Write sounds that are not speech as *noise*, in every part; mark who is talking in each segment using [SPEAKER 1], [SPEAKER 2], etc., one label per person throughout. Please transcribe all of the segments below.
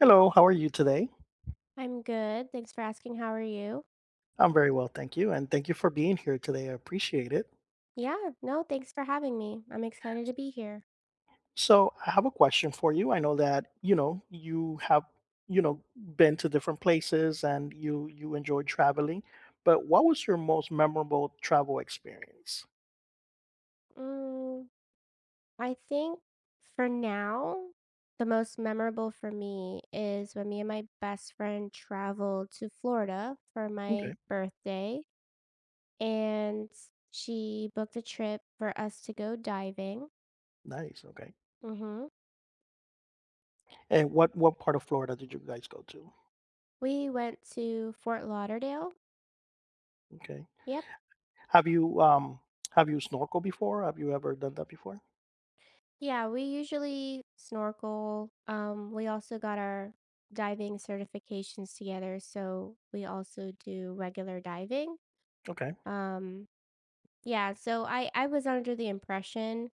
[SPEAKER 1] Hello, how are you today?
[SPEAKER 2] I'm good. Thanks for asking. How are you?
[SPEAKER 1] I'm very well, thank you. And thank you for being here today. I appreciate it.
[SPEAKER 2] Yeah, no, thanks for having me. I'm excited to be here.
[SPEAKER 1] So, I have a question for you. I know that, you have, been to different places and you enjoyed traveling, but what was your most memorable travel experience?
[SPEAKER 2] Mm, I think for now, the most memorable for me is when me and my best friend traveled to Florida for my
[SPEAKER 1] Okay.
[SPEAKER 2] birthday, and she booked a trip for us to go diving.
[SPEAKER 1] Nice. Okay.
[SPEAKER 2] hmm
[SPEAKER 1] And what part of Florida did you guys go to?
[SPEAKER 2] We went to Fort Lauderdale.
[SPEAKER 1] Okay.
[SPEAKER 2] Yep.
[SPEAKER 1] Have you um have you snorkeled before? Have you ever done that before?
[SPEAKER 2] Yeah, we usually snorkel. We also got our diving certifications together, so we also do regular diving.
[SPEAKER 1] Okay.
[SPEAKER 2] Um, yeah, so I was under the impression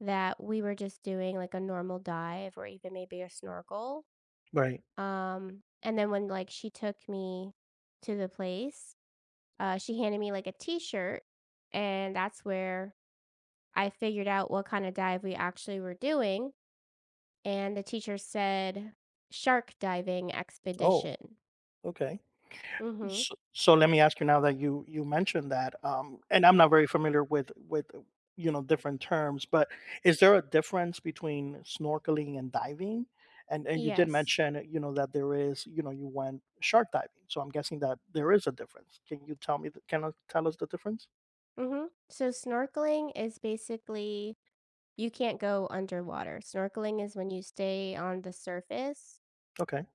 [SPEAKER 2] that we were just doing like a normal dive or even maybe a snorkel.
[SPEAKER 1] Right.
[SPEAKER 2] And then when like she took me to the place, she handed me like a t-shirt, and that's where I figured out what kind of dive we actually were doing. And the teacher said, "Shark diving
[SPEAKER 1] Oh,
[SPEAKER 2] expedition."
[SPEAKER 1] okay.
[SPEAKER 2] Mhm.
[SPEAKER 1] So, let me ask you now that you mentioned that, and I'm not very familiar with with different terms, but is there a difference between snorkeling and diving? And you did
[SPEAKER 2] Yes.
[SPEAKER 1] mention that there is, you went shark diving, so I'm guessing that there is a difference. Can you tell me? Can you tell us the difference?
[SPEAKER 2] Mhm. So snorkeling is basically you can't go underwater. Snorkeling is when you stay on the surface,
[SPEAKER 1] Okay,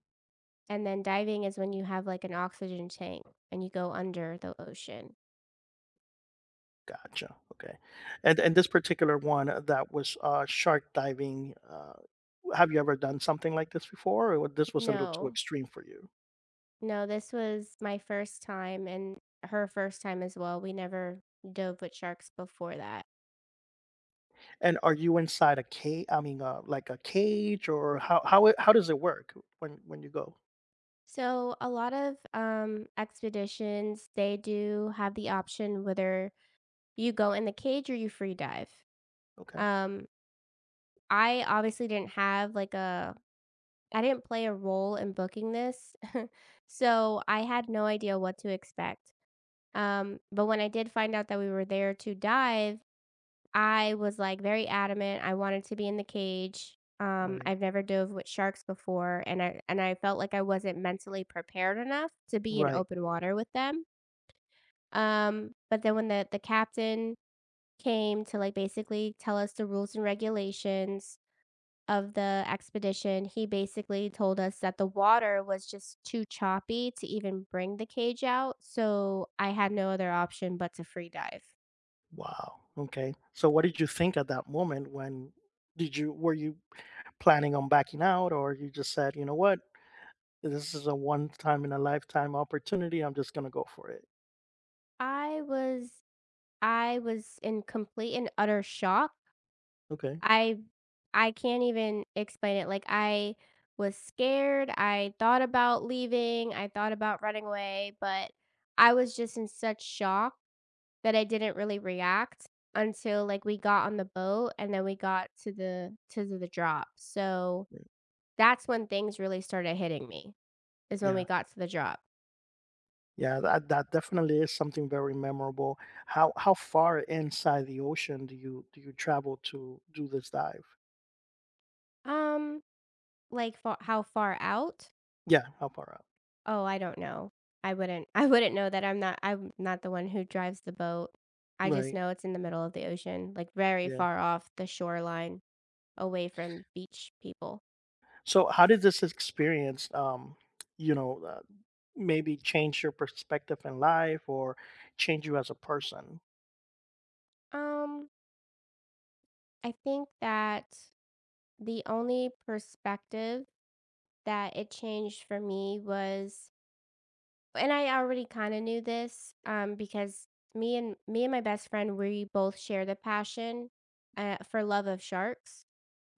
[SPEAKER 2] and then diving is when you have, like, an oxygen tank and you go under the ocean.
[SPEAKER 1] gotcha. Okay, and this particular one, that was, shark diving. Have you ever done something like this before, or this was a little too
[SPEAKER 2] No.
[SPEAKER 1] extreme for you?
[SPEAKER 2] No, this was my first time and her first time as well. We never dove with sharks before that.
[SPEAKER 1] And are you inside a cage? I mean, like a cage, or how does it work when you go?
[SPEAKER 2] So a lot of expeditions, they do have the option whether you go in the cage or you free dive.
[SPEAKER 1] Okay,
[SPEAKER 2] Um, I obviously didn't have like a, I didn't play a role in booking this, *laughs* so I had no idea what to expect. But when I did find out that we were there to dive, I was, like, very adamant. I wanted to be in the cage.
[SPEAKER 1] right,
[SPEAKER 2] I've never dove with sharks before, and I felt like I wasn't mentally prepared enough to be in
[SPEAKER 1] right.
[SPEAKER 2] open water with them. But then when the captain came to, like, basically tell us the rules and regulations of the expedition, he basically told us that the water was just too choppy to even bring the cage out, so I had no other option but to free dive.
[SPEAKER 1] Wow. Okay. So, what did you think at that moment? When did you were you planning on backing out, or you just said, you know what, this is a one time in a lifetime opportunity? I'm just gonna go for it.
[SPEAKER 2] I was I was in complete and utter shock.
[SPEAKER 1] Okay.
[SPEAKER 2] I I can't even explain it. Like, I was scared, I thought about leaving, I thought about running away, but I was just in such shock that I didn't really react until, like, we got on the boat and then we got to the drop. So,
[SPEAKER 1] Yeah.
[SPEAKER 2] that's when things really started hitting me, is when we
[SPEAKER 1] Yeah.
[SPEAKER 2] got to the drop.
[SPEAKER 1] Yeah, that definitely is something very memorable. How far inside the ocean do you travel to do this dive?
[SPEAKER 2] Um, like, fa How far out?
[SPEAKER 1] Yeah. How far out?
[SPEAKER 2] Oh, I don't know. I wouldn't know that. I'm not the one who drives the boat. I just
[SPEAKER 1] Right.
[SPEAKER 2] know it's in the middle of the ocean, like very
[SPEAKER 1] Yeah.
[SPEAKER 2] far off the shoreline, away from beach people.
[SPEAKER 1] So how did this experience, you know, uh, maybe change your perspective in life or change you as a person?
[SPEAKER 2] Um, I think that the only perspective that it changed for me was, and I already kind of knew this, because me and my best friend, we both share the passion for love of sharks,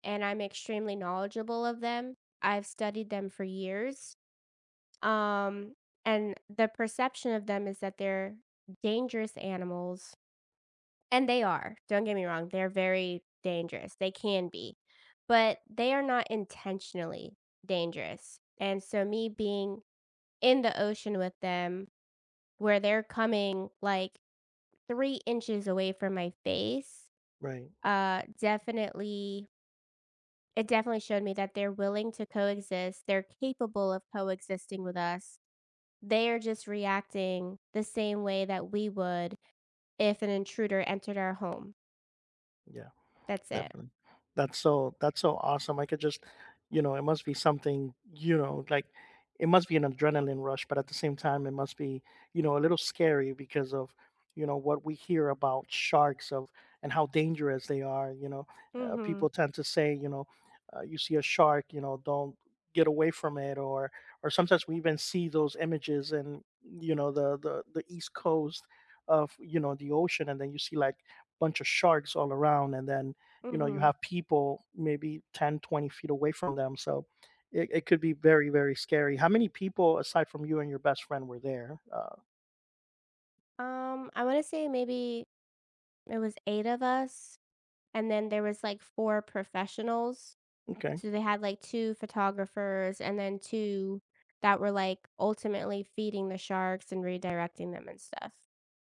[SPEAKER 2] and I'm extremely knowledgeable of them. I've studied them for years. Um, and the perception of them is that they're dangerous animals, and they are. Don't get me wrong, they're very dangerous. They can be, but they are not intentionally dangerous. And so, me being in the ocean with them, where they're coming like 3 inches away from my face,
[SPEAKER 1] Right.
[SPEAKER 2] definitely it definitely showed me that they're willing to coexist, they're capable of coexisting with us. They are just reacting the same way that we would if an intruder entered our home.
[SPEAKER 1] Yeah.
[SPEAKER 2] That's it.
[SPEAKER 1] Definitely. That's so awesome. I could just, it must be something, like it must be an adrenaline rush, but at the same time, it must be, a little scary because of, what we hear about sharks of and how dangerous they are.
[SPEAKER 2] Mhm.
[SPEAKER 1] People tend to say, you see a shark, don't get away from it, or sometimes we even see those images. And the East Coast of, the ocean, and then you see like bunch of sharks all around, and then you
[SPEAKER 2] Mhm.
[SPEAKER 1] have people maybe 10 20 feet away from them, so it could be very very scary. How many people aside from you and your best friend were there,
[SPEAKER 2] I wanna say maybe it was 8 of us, and then there was, like, 4 professionals.
[SPEAKER 1] okay,
[SPEAKER 2] So they had, like, 2 photographers and then 2 that were, like, ultimately feeding the sharks and redirecting them and stuff.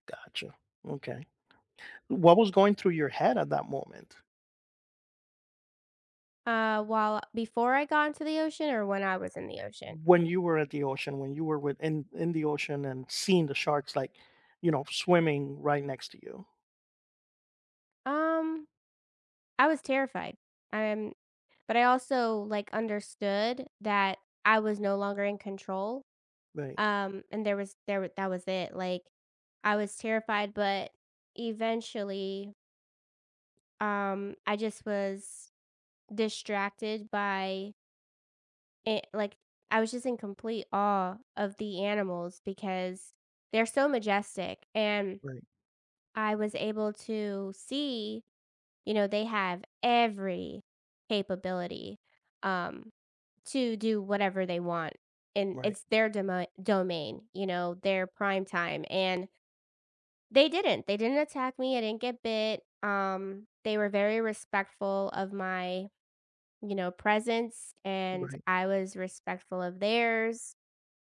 [SPEAKER 1] gotcha, okay? What was going through your head at that moment,
[SPEAKER 2] While before I got into the ocean or when I was in the ocean?
[SPEAKER 1] when you were at the ocean, when you were in the ocean and seeing the sharks, like, swimming right next to you?
[SPEAKER 2] Um, I was terrified. I'm But I also like understood that I was no longer in control.
[SPEAKER 1] Right.
[SPEAKER 2] And there was there wa- that was it. Like, I was terrified, but eventually, I just was distracted by it. Like, I was just in complete awe of the animals because they're so majestic, and
[SPEAKER 1] Right.
[SPEAKER 2] I was able to see, you know, they have every capability um, to do whatever they want. And
[SPEAKER 1] Right.
[SPEAKER 2] it's their domain, you know, their prime time. And they didn't. They didn't attack me. I didn't get bit. They were very respectful of my, you know, presence. And
[SPEAKER 1] Right.
[SPEAKER 2] I was respectful of theirs.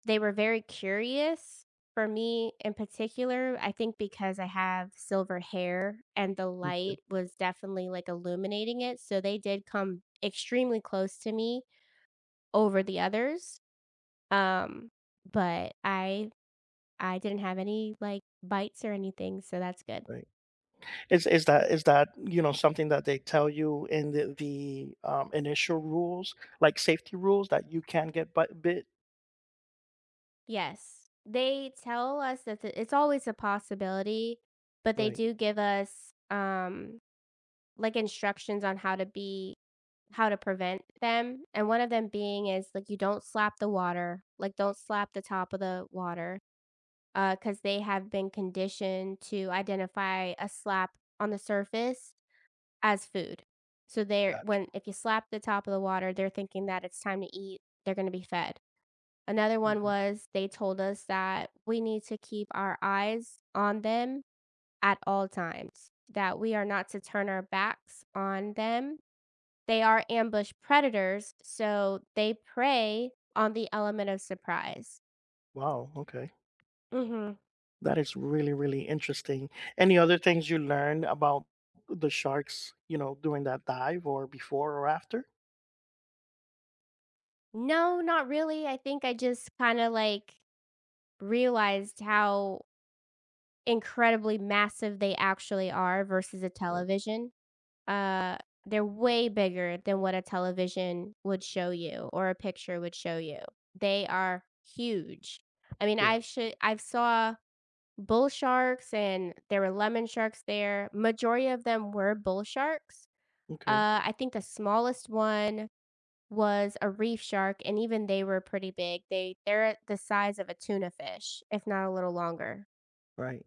[SPEAKER 2] They were very curious. For me in particular, I think because I have silver hair and the
[SPEAKER 1] Okay,
[SPEAKER 2] light was definitely, like, illuminating it, so they did come extremely close to me over the others. Um, but I I didn't have any, like, bites or anything, so that's good.
[SPEAKER 1] right. Is that, something that they tell you in the initial rules, like safety rules, that you can get bit?
[SPEAKER 2] Yes. They tell us that the it's always a possibility, but they
[SPEAKER 1] Right,
[SPEAKER 2] do give us, like, instructions on how to be how to prevent them, and one of them being is, like, you don't slap the water, like, don't slap the top of the water, because they have been conditioned to identify a slap on the surface as food. So they're when
[SPEAKER 1] gotcha.
[SPEAKER 2] if you slap the top of the water, they're thinking that it's time to eat, they're gonna be fed. Another one
[SPEAKER 1] Mhm.
[SPEAKER 2] was they told us that we need to keep our eyes on them at all times, that we are not to turn our backs on them. They are ambush predators, so they prey on the element of surprise.
[SPEAKER 1] Wow, okay.
[SPEAKER 2] Mhm.
[SPEAKER 1] That is really, really interesting. Any other things you learned about the sharks, during that dive or before or after?
[SPEAKER 2] No, not really. I think I just kind of like realized how incredibly massive they actually are versus a
[SPEAKER 1] Right,
[SPEAKER 2] television. Uh, they're way bigger than what a television would show you or a picture would show you. They are huge. I mean,
[SPEAKER 1] yeah,
[SPEAKER 2] I've saw bull sharks, and there were lemon sharks there. Majority of them were bull sharks.
[SPEAKER 1] okay,
[SPEAKER 2] I think the smallest one was a reef shark, and even they were pretty big. They're the size of a tuna fish, if not a little longer.
[SPEAKER 1] right.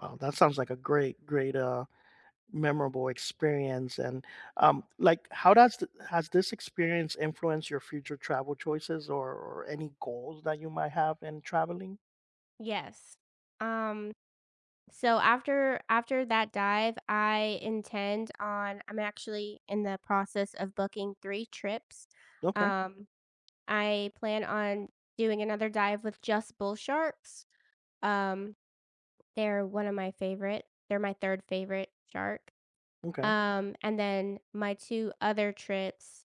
[SPEAKER 1] Wow, that sounds like a great, great, memorable experience. And like, how does has this experience influenced your future travel choices, or any goals that you might have in traveling?
[SPEAKER 2] Yes. Um. So after that dive, I intend on. I'm actually in the process of booking three trips.
[SPEAKER 1] Okay,
[SPEAKER 2] Um. I plan on doing another dive with just bull sharks. Um, They're one of my favorite. They're my 3rd favorite shark.
[SPEAKER 1] okay,
[SPEAKER 2] And then my 2 other trips,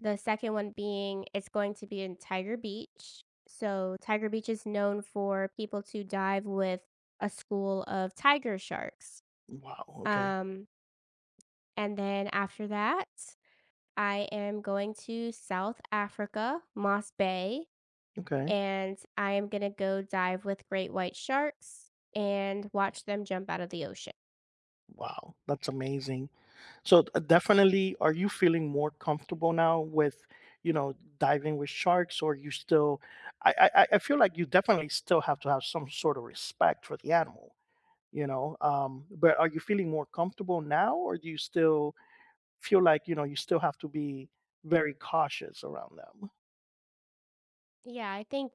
[SPEAKER 2] the second one being it's going to be in Tiger Beach. So Tiger Beach is known for people to dive with a school of tiger sharks.
[SPEAKER 1] wow, okay,
[SPEAKER 2] Um, and then after that, I am going to South Africa, Moss Bay,
[SPEAKER 1] okay,
[SPEAKER 2] and I am gonna go dive with great white sharks and watch them jump out of the ocean.
[SPEAKER 1] wow, that's amazing. So, definitely, are you feeling more comfortable now with, diving with sharks, or you still, I feel like you definitely still have to have some sort of respect for the animal, but are you feeling more comfortable now, or do you still feel like, you still have to be very cautious around them?
[SPEAKER 2] Yeah, I think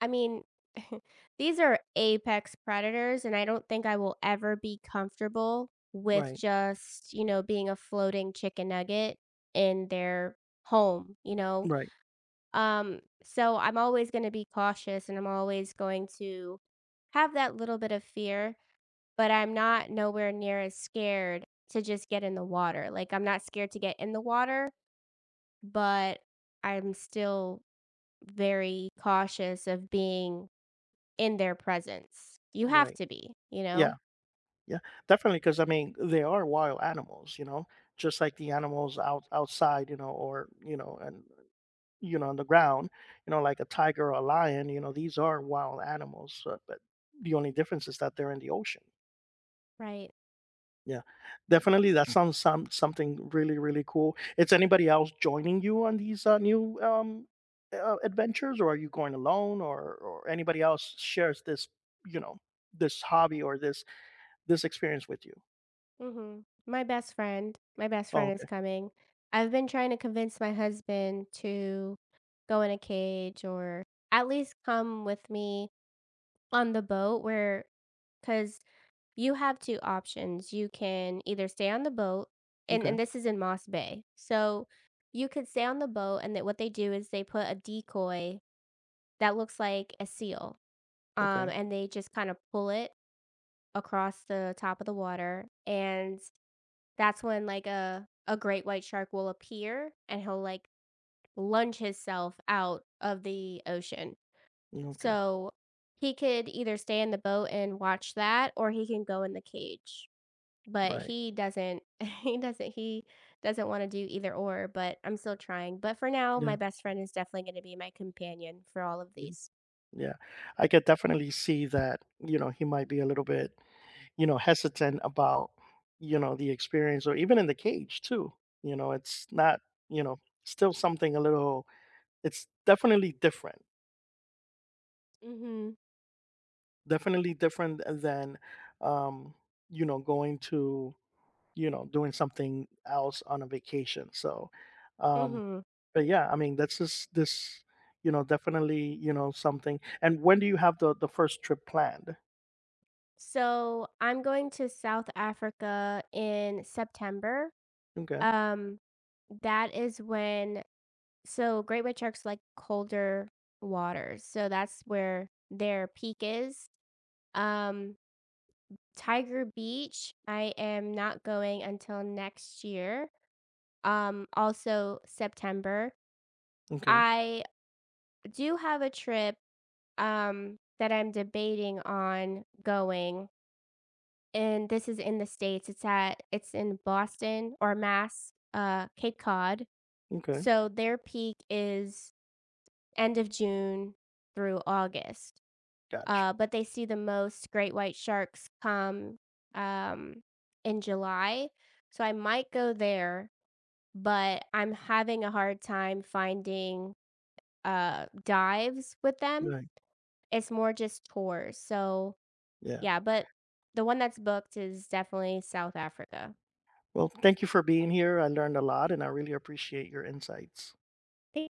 [SPEAKER 2] I mean, *laughs* these are apex predators, and I don't think I will ever be comfortable with
[SPEAKER 1] Right.
[SPEAKER 2] just, you know, being a floating chicken nugget in their home, you know?
[SPEAKER 1] Right.
[SPEAKER 2] So I'm always going to be cautious and I'm always going to have that little bit of fear, but I'm not nowhere near as scared to just get in the water. Like, I'm not scared to get in the water, but I'm still very cautious of being in their presence. You have
[SPEAKER 1] Right.
[SPEAKER 2] to be, you
[SPEAKER 1] Yeah.
[SPEAKER 2] know?
[SPEAKER 1] Yeah. Definitely. Cause I mean, they are wild animals, just like the animals outside, or, and, on the ground, like a tiger or a lion, these are wild animals. But the only difference is that they're in the ocean.
[SPEAKER 2] Right.
[SPEAKER 1] Yeah, definitely. That sounds something really really cool. Is anybody else joining you on these, new, adventures, or are you going alone, or anybody else shares this, you know this hobby, or this experience with you?
[SPEAKER 2] Mhm. My best friend my best
[SPEAKER 1] Oh,
[SPEAKER 2] friend is
[SPEAKER 1] okay,
[SPEAKER 2] coming. I've been trying to convince my husband to go in a cage or at least come with me on the boat. Where, because you have 2 options. You can either stay on the boat, and
[SPEAKER 1] okay,
[SPEAKER 2] this is in Moss Bay. So, you could stay on the boat, and that what they do is they put a decoy that looks like a seal,
[SPEAKER 1] okay,
[SPEAKER 2] and they just kinda pull it across the top of the water, and that's when, like, a great white shark will appear, and he'll, like, lunge himself out of the ocean.
[SPEAKER 1] yeah, okay,
[SPEAKER 2] So, he could either stay in the boat and watch that, or he can go in the cage, but
[SPEAKER 1] right.
[SPEAKER 2] he doesn't *laughs* he doesn't wanna do either or, but I'm still trying. But for now,
[SPEAKER 1] Yeah,
[SPEAKER 2] my best friend is definitely gonna be my companion for all of
[SPEAKER 1] yeah,
[SPEAKER 2] these.
[SPEAKER 1] yeah. I could definitely see that. He might be a little bit, hesitant about, the experience, or even in the cage too. It's not, you know still something a little. It's
[SPEAKER 2] Mhm.
[SPEAKER 1] definitely different than, um, going to, doing something else on a vacation. So, um,
[SPEAKER 2] Mhm.
[SPEAKER 1] but yeah, I mean, that's just this, definitely, something. And when do you have the first trip planned?
[SPEAKER 2] So I'm going to South Africa in September.
[SPEAKER 1] Okay,
[SPEAKER 2] Um, that is when, so great white sharks like colder waters. So that's where their peak is. Um, Tiger Beach, I am not going until next year. Also September.
[SPEAKER 1] okay,
[SPEAKER 2] I do have a trip that I'm debating on going. And this is in the States, it's at it's in Boston or Mass, Cape Cod.
[SPEAKER 1] okay,
[SPEAKER 2] So their peak is end of June through August,
[SPEAKER 1] gotcha.
[SPEAKER 2] but they see the most great white sharks come, um, in July. So I might go there, but I'm having a hard time finding, dives with them.
[SPEAKER 1] Right,
[SPEAKER 2] It's more just tours. So,
[SPEAKER 1] yeah.
[SPEAKER 2] yeah, but the one that's booked is definitely South Africa.
[SPEAKER 1] Well, thank you for being here. I learned a lot, and I really appreciate your insights.